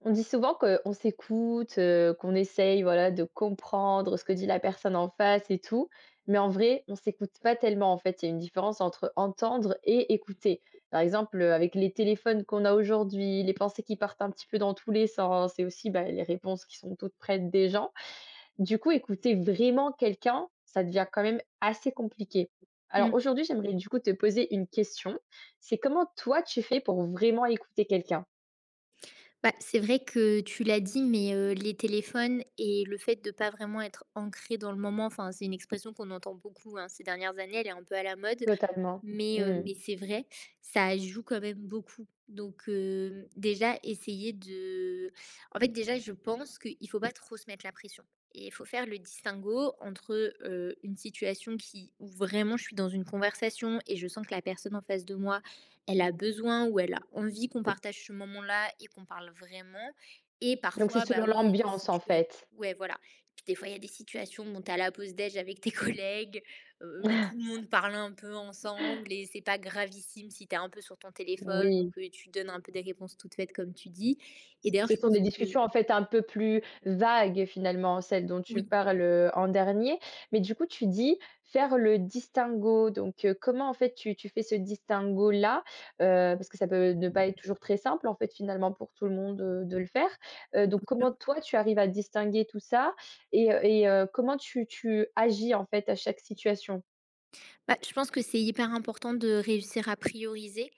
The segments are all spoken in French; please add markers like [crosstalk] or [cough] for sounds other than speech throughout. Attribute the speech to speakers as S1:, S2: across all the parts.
S1: On dit souvent qu'on s'écoute, qu'on essaye, voilà, de comprendre ce que dit la personne en face et tout, mais en vrai, on s'écoute pas tellement, en fait. Il y a une différence entre entendre et écouter. Par exemple, avec les téléphones qu'on a aujourd'hui, les pensées qui partent un petit peu dans tous les sens et aussi, bah, les réponses qui sont toutes prêtes des gens. Du coup, écouter vraiment quelqu'un, ça devient quand même assez compliqué. Alors
S2: Mmh.
S1: aujourd'hui, j'aimerais du coup te poser une question. C'est comment toi tu fais pour vraiment écouter quelqu'un?
S2: Bah, c'est vrai que tu l'as dit, mais les téléphones et le fait de pas vraiment être ancré dans le moment, enfin, c'est une expression qu'on entend beaucoup, hein, ces dernières années, elle est un peu à la mode.
S1: Totalement.
S2: Mais heu,
S1: Mmh.
S2: mais c'est vrai, ça joue quand même beaucoup. Donc déjà essayer de en fait, déjà, je pense qu'il ne faut pas trop se mettre la pression et il faut faire le distinguo entre, une situation qui où vraiment je suis dans une conversation et je sens que la personne en face de moi, elle a besoin ou elle a envie qu'on partage ce moment-là et qu'on parle vraiment. Et
S1: Donc c'est
S2: parfois, bah,
S1: selon
S2: oui, il y a des
S1: l'ambiance, en
S2: situations.
S1: fait.
S2: Ouais, voilà. Puis des fois, il y a des situations, bon, tu as la pause déj avec tes [laughs] collègues. Tout le monde parle un peu ensemble et c'est pas gravissime si tu es un peu sur ton téléphone ou
S1: Oui,
S2: que tu donnes un peu des réponses toutes faites comme tu dis, et d'ailleurs
S1: ce
S2: je
S1: sont
S2: pense
S1: des
S2: que
S1: discussions, en fait, un peu plus vagues, finalement, celles dont tu
S2: oui.
S1: parles, en dernier. Mais du coup, tu dis faire le distinguo. Donc, comment, en fait, tu fais ce distinguo-là? Parce que ça peut ne pas être toujours très simple, en fait, finalement, pour tout le monde, de le faire. Donc comment, toi, tu arrives à distinguer tout ça et comment tu agis, en fait, à chaque situation?
S2: Bah, je pense que c'est hyper important de réussir à prioriser.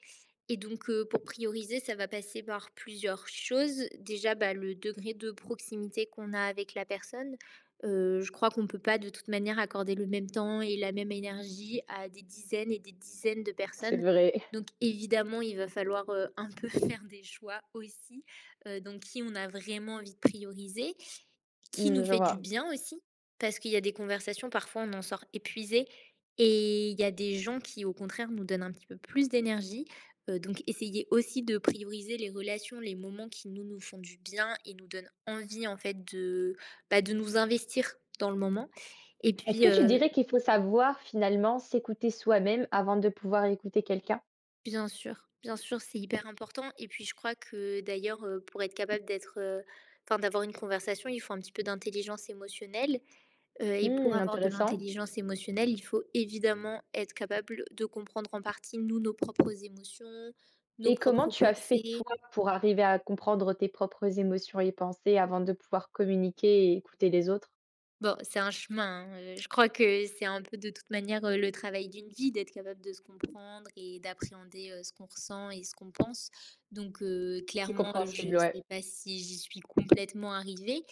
S2: Et donc, pour prioriser, ça va passer par plusieurs choses. Déjà, bah, le degré de proximité qu'on a avec la personne. Je crois qu'on ne peut pas de toute manière accorder le même temps et la même énergie à des dizaines et des dizaines de
S1: C'est
S2: personnes.
S1: vrai.
S2: Donc
S1: [laughs]
S2: évidemment, il va falloir, un peu [laughs] faire des choix aussi, donc qui on a vraiment envie de prioriser. Qui
S1: Mmh,
S2: nous
S1: je
S2: fait du
S1: vois.
S2: bien aussi, parce qu'il y a des conversations, parfois on en sort épuisé et il y a des gens qui au contraire nous donnent un petit peu plus d'énergie. Donc essayez aussi de prioriser les relations, les moments qui nous font du bien et nous donnent envie en fait de, bah, de nous investir dans le moment. Et
S1: Est-ce
S2: puis,
S1: que tu dirais qu'il faut savoir finalement s'écouter soi-même avant de pouvoir écouter quelqu'un?
S2: bien sûr, c'est hyper important. Et puis je crois que d'ailleurs, pour être capable d'être, enfin d'avoir une conversation, il faut un petit peu d'intelligence émotionnelle. Et pour
S1: Mmh,
S2: avoir de
S1: intéressant.
S2: l'intelligence émotionnelle, il faut évidemment être capable de comprendre en partie, nous, nos propres émotions, nos
S1: Et comment
S2: propres
S1: tu as fait
S2: pensées.
S1: toi pour arriver à comprendre tes propres émotions et pensées avant de pouvoir communiquer et écouter les autres?
S2: Bon, c'est un chemin, hein, je crois que c'est un peu de toute manière, le travail d'une vie d'être capable de se comprendre et d'appréhender, ce qu'on ressent et ce qu'on pense. Donc
S1: C'est
S2: clairement, je
S1: compréhensible,
S2: ne
S1: ouais,
S2: sais pas si j'y suis complètement arrivée,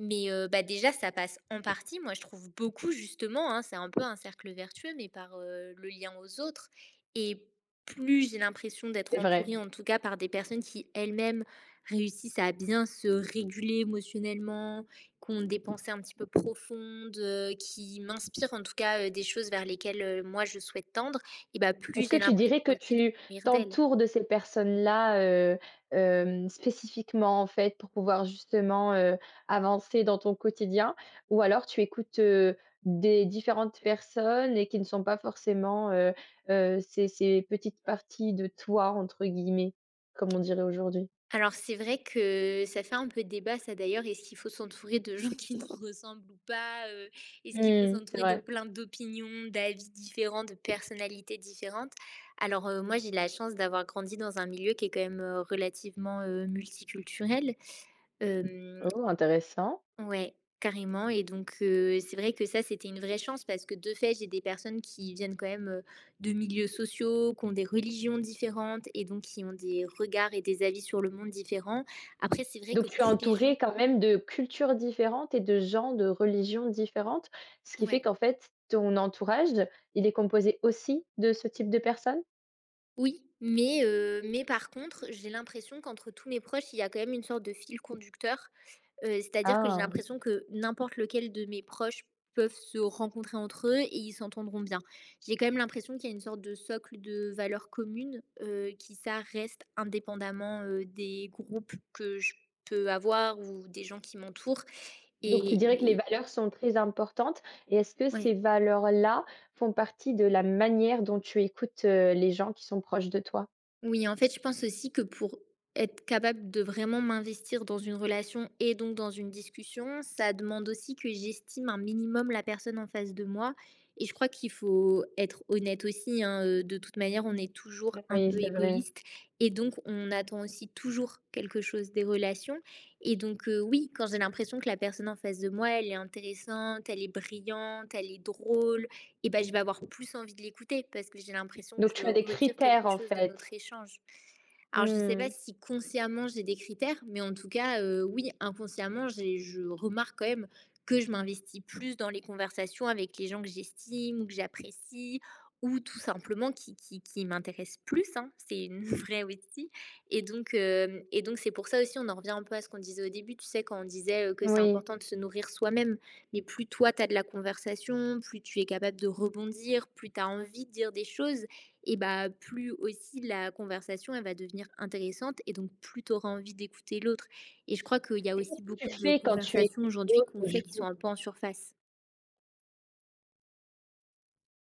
S2: mais bah, déjà ça passe en partie, moi je trouve beaucoup justement, hein, c'est un peu un cercle vertueux, mais par, le lien aux autres. Et plus j'ai l'impression
S1: c'est
S2: d'être
S1: vrai.
S2: entourée en tout cas par des personnes qui elles-mêmes réussissent à bien se réguler émotionnellement, qui ont des pensées un petit peu profondes, qui m'inspirent en tout cas, des choses vers lesquelles, moi je souhaite tendre. Et bah,
S1: Est-ce
S2: plus
S1: que
S2: j'ai
S1: tu
S2: l'impression
S1: dirais que
S2: aussi de
S1: tu
S2: m'ouvrir d'elles.
S1: t'entoures de ces personnes-là, spécifiquement, en fait, pour pouvoir justement, avancer dans ton quotidien? Ou alors tu écoutes, des différentes personnes et qui ne sont pas forcément, ces petites parties de «toi» entre guillemets, comme on dirait aujourd'hui?
S2: Alors c'est vrai que ça fait un peu débat ça d'ailleurs, est-ce qu'il faut s'entourer de gens qui nous ressemblent ou pas? Est-ce qu'il faut
S1: Mmh, c'est
S2: s'entourer de
S1: vrai.
S2: plein d'opinions, d'avis différents, de personnalités différentes? Alors, moi j'ai la chance d'avoir grandi dans un milieu qui est quand même, relativement, multiculturel. Hem
S1: Oh, intéressant.
S2: Ouais, carrément. Et donc c'est vrai que ça, c'était une vraie chance parce que de fait, j'ai des personnes qui viennent quand même, de milieux sociaux, qui ont des religions différentes et donc qui ont des regards et des avis sur le monde différents. Après, c'est vrai
S1: Donc
S2: que
S1: tu es
S2: tous les
S1: entouré
S2: gens,
S1: quand même de cultures différentes et de gens de religions différentes, ce qui fait
S2: ouais.
S1: qu'en fait, ton entourage, il est composé aussi de ce type de personnes?
S2: Oui, mais mais par contre, j'ai l'impression qu'entre tous mes proches, il y a quand même une sorte de fil conducteur. C'est-à-dire que j'ai
S1: Ah,
S2: l'impression que n'importe lequel de mes proches peuvent se rencontrer entre eux et ils s'entendront bien. J'ai quand même l'impression qu'il y a une sorte de socle de valeurs communes, qui ça reste indépendamment, des groupes que je peux avoir ou des gens qui m'entourent,
S1: donc tu
S2: et
S1: dirais que les
S2: et
S1: valeurs sont très importantes et est-ce que ces
S2: ouais.
S1: valeurs-là font partie de la manière dont tu écoutes, les gens qui sont proches de toi?
S2: Oui, en fait, je pense aussi que pour être capable de vraiment m'investir dans une relation et donc dans une discussion, ça demande aussi que j'estime un minimum la personne en face de moi. Et je crois qu'il faut être honnête aussi, hein, de toute manière, on est toujours un
S1: Oui,
S2: peu
S1: c'est vrai.
S2: égoïste et donc on attend aussi toujours quelque chose des relations. Et donc oui, quand j'ai l'impression que la personne en face de moi, elle est intéressante, elle est brillante, elle est drôle, et ben je vais avoir plus envie de l'écouter parce que j'ai l'impression que
S1: Donc
S2: je
S1: tu as des
S2: retire
S1: critères
S2: quelque
S1: en
S2: chose de notre
S1: fait?
S2: échange. Alors, je ne sais pas
S1: Mmh,
S2: si consciemment j'ai des critères, mais en tout cas, oui, inconsciemment, j'ai je remarque quand même que je m'investis plus dans les conversations avec les gens que j'estime ou que j'apprécie ou tout simplement qui m'intéressent plus, hein. C'est une [laughs] vraie aussi, et donc c'est pour ça aussi, on en revient un peu à ce qu'on disait au début, tu sais, quand on disait, que c'est
S1: oui.
S2: important de se nourrir soi-même. Mais plus toi, tu as de la conversation, plus tu es capable de rebondir, plus tu as envie de dire des choses. Et bah, plus aussi la conversation, elle va devenir intéressante et donc plus tu auras envie d'écouter l'autre. Et je crois qu'il y a
S1: Et qu'est-ce
S2: aussi beaucoup
S1: que tu
S2: de
S1: fais quand tu
S2: conversations
S1: écoutes
S2: aujourd'hui qu'on
S1: d'autres
S2: fait
S1: du
S2: qui sont
S1: coup?
S2: un peu en surface.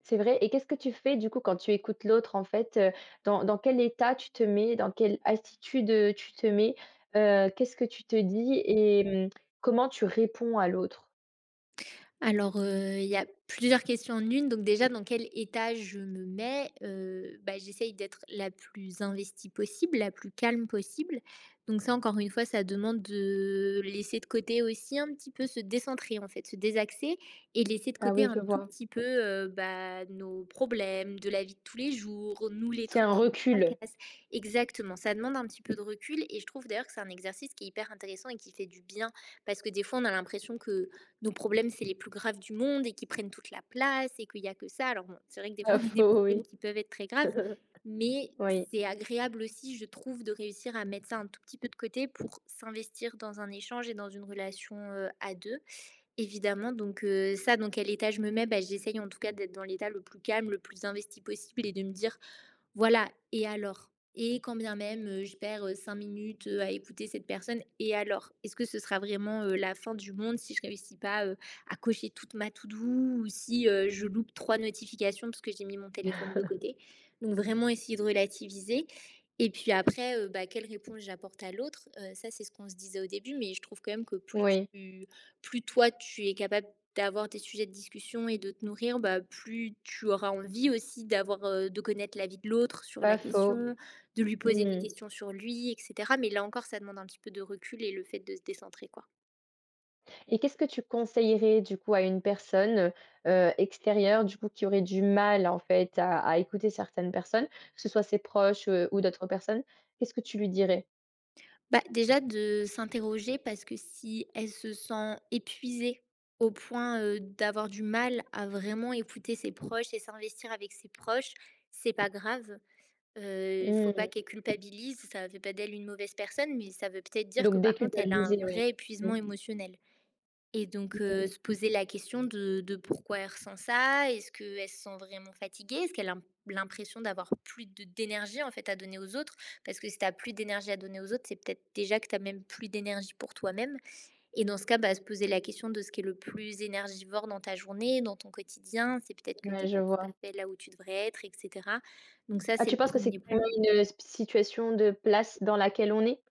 S1: C'est vrai et qu'est-ce que tu fais du coup quand tu écoutes l'autre en fait, dans quel état tu te mets? Dans quelle attitude, tu te mets? Qu'est-ce que tu te dis et mmh, comment tu réponds à l'autre?
S2: Alors, il y a plusieurs questions en une. Donc déjà, dans quel état je me mets? Bah, j'essaye d'être la plus investie possible, la plus calme possible. Donc ça, encore une fois, ça demande de laisser de côté aussi un petit peu, se décentrer, en fait, se désaxer et laisser de
S1: Ah
S2: côté
S1: oui, je
S2: un tout
S1: vois.
S2: petit peu, bah, nos problèmes de la vie de tous les jours, nous, les
S1: C'est
S2: trucs
S1: un
S2: qui nous
S1: recul.
S2: tracassent. Exactement, ça demande un petit peu de recul et je trouve d'ailleurs que c'est un exercice qui est hyper intéressant et qui fait du bien. Parce que des fois, on a l'impression que nos problèmes, c'est les plus graves du monde et qui prennent toute la place et qu'il n'y a que ça. Alors, bon, c'est vrai que des
S1: Pas
S2: fois, on a des
S1: faux,
S2: problèmes
S1: oui.
S2: qui peuvent être très graves,
S1: [laughs]
S2: mais
S1: Oui.
S2: c'est agréable aussi, je trouve, de réussir à mettre ça un tout petit peu de côté pour s'investir dans un échange et dans une relation à deux, évidemment. Donc, ça, dans quel état je me mets? Bah, j'essaye en tout cas d'être dans l'état le plus calme, le plus investi possible et de me dire voilà, et alors? Et quand bien même, je perds, 5 minutes, à écouter cette personne, et alors? Est-ce que ce sera vraiment, la fin du monde si je réussis pas, à cocher toute ma to-do ou si, je loupe 3 notifications parce que j'ai mis mon téléphone de côté? Donc vraiment essayer de relativiser. Et puis après, bah, quelle réponse j'apporte à l'autre? Ça, c'est ce qu'on se disait au début, mais je trouve quand même que
S1: Oui,
S2: plus toi, tu es capable d'avoir des sujets de discussion et de te nourrir, bah, plus tu auras envie aussi d'avoir, de connaître l'avis de l'autre sur la
S1: pas faux.
S2: question, de lui poser des
S1: Mmh,
S2: questions sur lui et cetera. Mais là encore, ça demande un petit peu de recul et le fait de se décentrer, quoi.
S1: et qu'est-ce que tu conseillerais du coup à une personne, extérieure du coup qui aurait du mal en fait à écouter certaines personnes, que ce soit ses proches, ou d'autres personnes? Qu'est-ce que tu lui dirais?
S2: Bah, déjà de s'interroger parce que si elle se sent épuisée au point, d'avoir du mal à vraiment écouter ses proches et s'investir avec ses proches, c'est pas grave. Il faut pas
S1: Mmh.
S2: qu'elle culpabilise, ça fait pas d'elle une mauvaise personne, mais ça veut peut-être dire que
S1: Donc
S2: par contre elle a un
S1: déculpabiliser, oui.
S2: vrai
S1: Mmh.
S2: épuisement émotionnel. Et donc
S1: Mmh.
S2: se poser la question de pourquoi elle ressent ça. Est-ce qu'elle se sent vraiment fatiguée? Est-ce qu'elle a l'impression d'avoir plus de d'énergie en fait à donner aux autres? Parce que si tu plus d'énergie à donner aux autres, c'est peut-être déjà que tu même plus d'énergie pour toi-même et dans ce cas, bah, se poser la question de ce qui est le plus énergivore dans ta journée, dans ton quotidien. C'est peut-être que
S1: Ouais,
S2: tu
S1: je
S2: pas tout à
S1: vois.
S2: fait là où tu devrais être et cetera. Donc ça,
S1: Ah,
S2: c'est
S1: tu
S2: le
S1: penses que c'est
S2: premier
S1: carrément
S2: point.
S1: une, situation de place dans laquelle on est?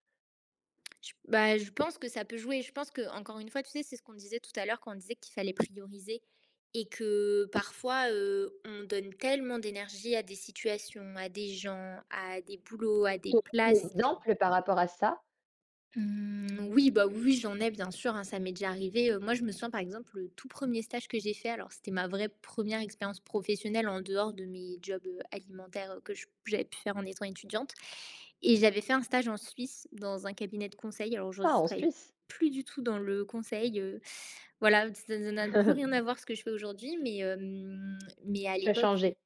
S2: Je bah, je pense que ça peut jouer. Je pense que encore une fois, tu sais, c'est ce qu'on disait tout à l'heure quand on disait qu'il fallait prioriser et que parfois, on donne tellement d'énergie à des situations, à des gens, à des boulots, à des
S1: Tu un
S2: places.
S1: exemple par rapport à ça?
S2: Oui, j'en ai bien sûr, hein, ça m'est déjà arrivé, moi, je me souviens, par exemple, le tout premier stage que j'ai fait. Alors c'était ma vraie première expérience professionnelle en dehors de mes jobs, alimentaires, que je j'avais pu faire en étant étudiante. Et j'avais fait un stage en Suisse dans un cabinet de conseil. Alors aujourd'hui,
S1: Ah,
S2: je
S1: en
S2: travaille
S1: Suisse?
S2: plus du tout dans le conseil, voilà, ça n'a plus rien à
S1: [laughs]
S2: voir ce que je fais aujourd'hui, mais mais à
S1: Tu as
S2: l'époque,
S1: changé.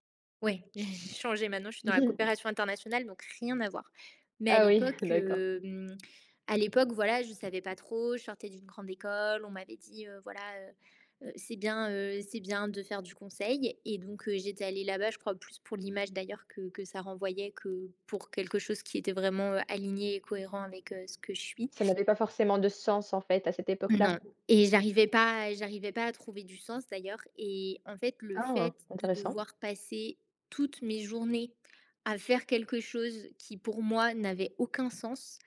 S2: oui, [laughs] j'ai changé. Maintenant, je suis dans la
S1: [laughs]
S2: coopération internationale, donc rien à voir. Mais à
S1: Ah oui, [laughs]
S2: l'époque,
S1: d'accord.
S2: à l'époque, voilà, je savais pas trop, je sortais d'une grande école, on m'avait dit, voilà, c'est bien de faire du conseil, et donc j'étais allée là-bas, je crois plus pour l'image d'ailleurs que ça renvoyait que pour quelque chose qui était vraiment, aligné et cohérent avec, ce que je suis.
S1: Ça n'avait pas forcément de sens, en fait, à cette époque-là.
S2: Non, et j'arrivais pas à trouver du sens d'ailleurs, et en fait, le
S1: Ah,
S2: fait de
S1: intéressant.
S2: devoir passer toutes mes journées à faire quelque chose qui, pour moi, n'avait aucun sens,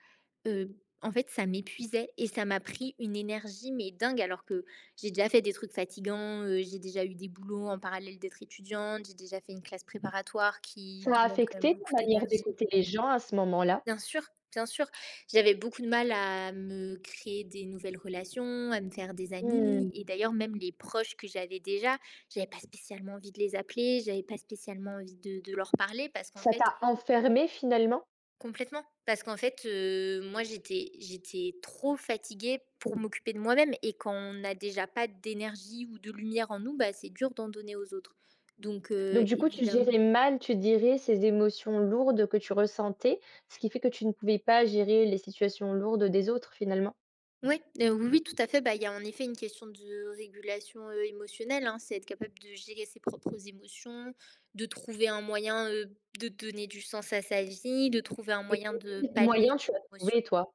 S2: heu, en fait, ça m'épuisait et ça m'a pris une énergie mais dingue, alors que j'ai déjà fait des trucs fatigants, j'ai déjà eu des boulots en parallèle d'être étudiante, j'ai déjà fait une classe préparatoire qui
S1: Ça a
S2: demande quand même
S1: affecté ta
S2: beaucoup
S1: manière
S2: d'énergie.
S1: d'écouter les gens à ce moment-là?
S2: Bien sûr, bien sûr. J'avais beaucoup de mal à me créer des nouvelles relations, à me faire des
S1: Mmh.
S2: amis, et d'ailleurs même les proches que j'avais déjà, j'avais pas spécialement envie de les appeler, j'avais pas spécialement envie de leur parler, parce qu'en
S1: Ça
S2: fait
S1: t'a enfermé finalement?
S2: complètement, parce qu'en fait, moi j'étais trop fatiguée pour m'occuper de moi-même, et quand on n'a déjà pas d'énergie ou de lumière en nous, bah, c'est dur d'en donner aux autres, donc
S1: Donc du coup, tu
S2: évidemment.
S1: gérais mal, tu dirais, ces émotions lourdes que tu ressentais, ce qui fait que tu ne pouvais pas gérer les situations lourdes des autres finalement?
S2: Ouais, oui, oui, tout à fait. Bah, il y a en effet une question de régulation, émotionnelle, hein. C'est être capable de gérer ses propres émotions, de trouver un moyen, de donner du sens à sa vie, de trouver un
S1: Et
S2: moyen de
S1: quels
S2: pallier ses
S1: moyens tu as
S2: émotions.
S1: trouvé toi,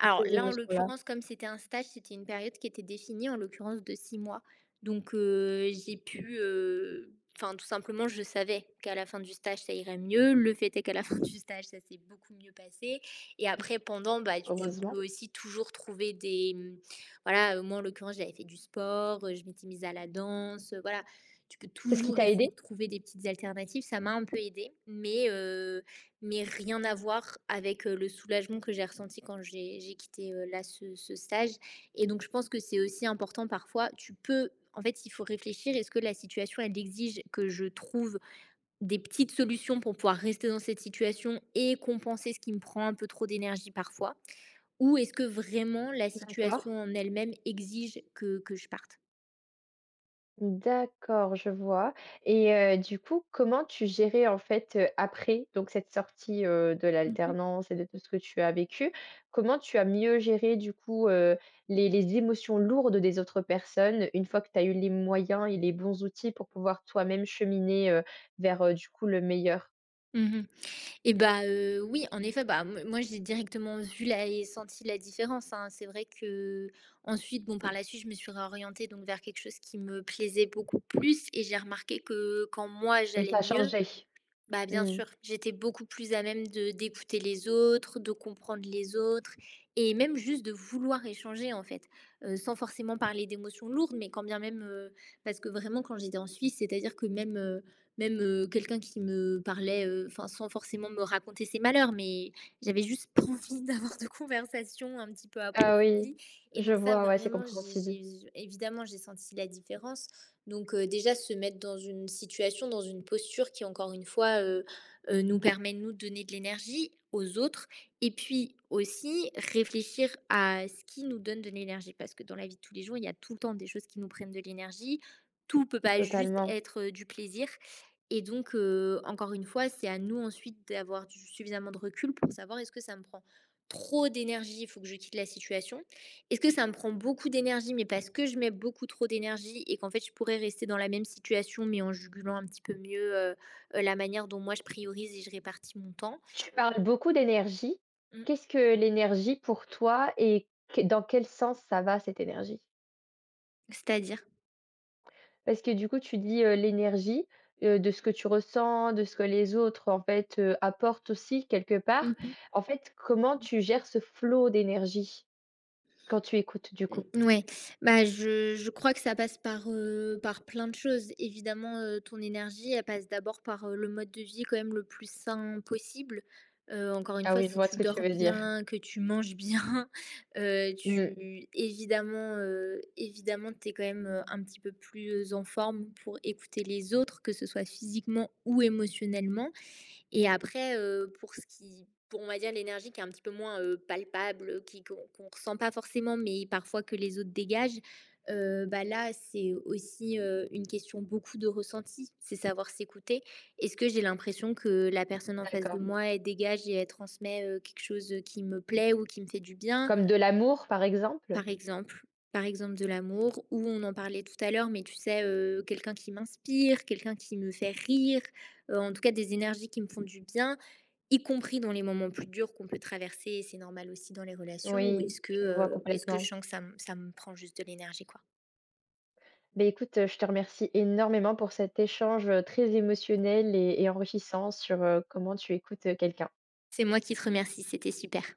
S1: pour ces
S2: là, en
S1: émotions-là?
S2: l'occurrence, comme c'était un stage, c'était une période qui était définie, en l'occurrence de 6 mois. Donc, j'ai pu, enfin, tout simplement, je savais qu'à la fin du stage, ça irait mieux. Le fait est qu'à la [laughs] fin du stage, ça s'est beaucoup mieux passé, et après pendant, bah, tu
S1: Heureusement.
S2: peux aussi toujours trouver des, voilà, moi, en l'occurrence, j'avais fait du sport, je m'étais mise à la danse, voilà. Tu peux
S1: C'est ce qui
S2: toujours
S1: t'a aidé?
S2: essayer de trouver des petites alternatives. Ça m'a un peu aidée, mais rien à voir avec, le soulagement que j'ai ressenti quand j'ai quitté, là, ce stage. Et donc je pense que c'est aussi important parfois, tu peux en fait, il faut réfléchir, est-ce que la situation, elle exige que je trouve des petites solutions pour pouvoir rester dans cette situation et compenser ce qui me prend un peu trop d'énergie parfois? Ou est-ce que vraiment la situation
S1: D'accord.
S2: en elle-même exige que je parte?
S1: D'accord, je vois et du coup, comment tu gérais, en fait, après donc cette sortie, de
S2: Mmh mh.
S1: l'alternance et de tout ce que tu as vécu? Comment tu as mieux géré, du coup, les émotions lourdes des autres personnes, une fois que tu as eu les moyens et les bons outils pour pouvoir toi-même cheminer, vers, du coup, le meilleur?
S2: Mmh. Et bah, oui, en effet, bah, m moi, j'ai directement vu la et senti la différence, hein. C'est vrai que ensuite bon, par la suite, je me suis réorientée donc vers quelque chose qui me plaisait beaucoup plus, et j'ai remarqué que quand moi,
S1: Donc
S2: j'allais
S1: ça a
S2: mieux,
S1: changé?
S2: bah, bien
S1: Mmh.
S2: sûr, j'étais beaucoup plus à même de d'écouter les autres, de comprendre les autres, et même juste de vouloir échanger en fait, sans forcément parler d'émotions lourdes, mais quand bien même, parce que vraiment quand j'étais en Suisse, c'est-à-dire que même, même, quelqu'un qui me parlait, enfin sans forcément me raconter ses malheurs, mais j'avais juste [laughs] pas envie d'avoir de conversation un petit peu
S1: Ah oui,
S2: approfondie, et
S1: je
S2: donc ça
S1: vois, ouais, c'est
S2: vraiment
S1: compréhensible,
S2: j'ai évidemment j'ai senti la différence. Donc, déjà se mettre dans une situation, dans une posture qui encore une fois, nous permet de nous donner de l'énergie aux autres, et puis aussi réfléchir à ce qui nous donne de l'énergie. Parce que dans la vie de tous les jours, il y a tout le temps des choses qui nous prennent de l'énergie. Tout peut pas juste
S1: totalement.
S2: être, du plaisir, et donc, encore une fois, c'est à nous ensuite d'avoir du suffisamment de recul pour savoir est-ce que ça me prend trop d'énergie, il faut que je quitte la situation, est-ce que ça me prend beaucoup d'énergie, mais parce que je mets beaucoup trop d'énergie et qu'en fait je pourrais rester dans la même situation, mais en jugulant un petit peu mieux, la manière dont moi je priorise et je répartis mon temps?
S1: Tu parles beaucoup d'énergie.
S2: Mmh,
S1: Qu'est-ce que l'énergie pour toi et que- dans quel sens ça va cette énergie?
S2: c'est-à-dire?
S1: Parce que du coup, tu dis l'énergie de ce que tu ressens, de ce que les autres en fait apportent aussi quelque part.
S2: Mmh.
S1: En fait, comment tu gères ce flot d'énergie quand tu écoutes du coup?
S2: Mmh, ouais, bah, je crois que ça passe par, par plein de choses. Évidemment, ton énergie, elle passe d'abord par, le mode de vie quand même le plus sain possible. Encore une
S1: Ah
S2: fois,
S1: oui, je
S2: si
S1: vois ce
S2: tu
S1: que tu
S2: dors
S1: veux dire.
S2: bien, que tu manges bien, [laughs]
S1: Mm,
S2: tu évidemment, évidemment, t'es quand même, un petit peu plus en forme pour écouter les autres, que ce soit physiquement ou émotionnellement. Et après, pour ce qui pour on va dire l'énergie qui est un petit peu moins, palpable, qui qu'on qu'on ressent pas forcément, mais parfois que les autres dégagent, bah, là, c'est aussi, une question beaucoup de ressenti. C'est savoir s'écouter. Est-ce que j'ai l'impression que la personne en face de
S1: d'accord.
S2: moi, elle dégage et elle transmet, quelque chose, qui me plaît ou qui me fait du bien?
S1: Comme de l'amour, par exemple?
S2: Par exemple, par exemple de l'amour où on en parlait tout à l'heure, mais tu sais, quelqu'un qui m'inspire, quelqu'un qui me fait rire, en tout cas des énergies qui me font du bien. Y compris dans les moments plus durs qu'on peut traverser, et c'est normal aussi dans les relations, ou
S1: Oui, je vois
S2: est-ce que je
S1: complètement.
S2: sens que ça me prend juste de l'énergie, quoi?
S1: Ben écoute, je te remercie énormément pour cet échange, très émotionnel et enrichissant sur, comment tu écoutes, quelqu'un.
S2: C'est moi qui te remercie, c'était super.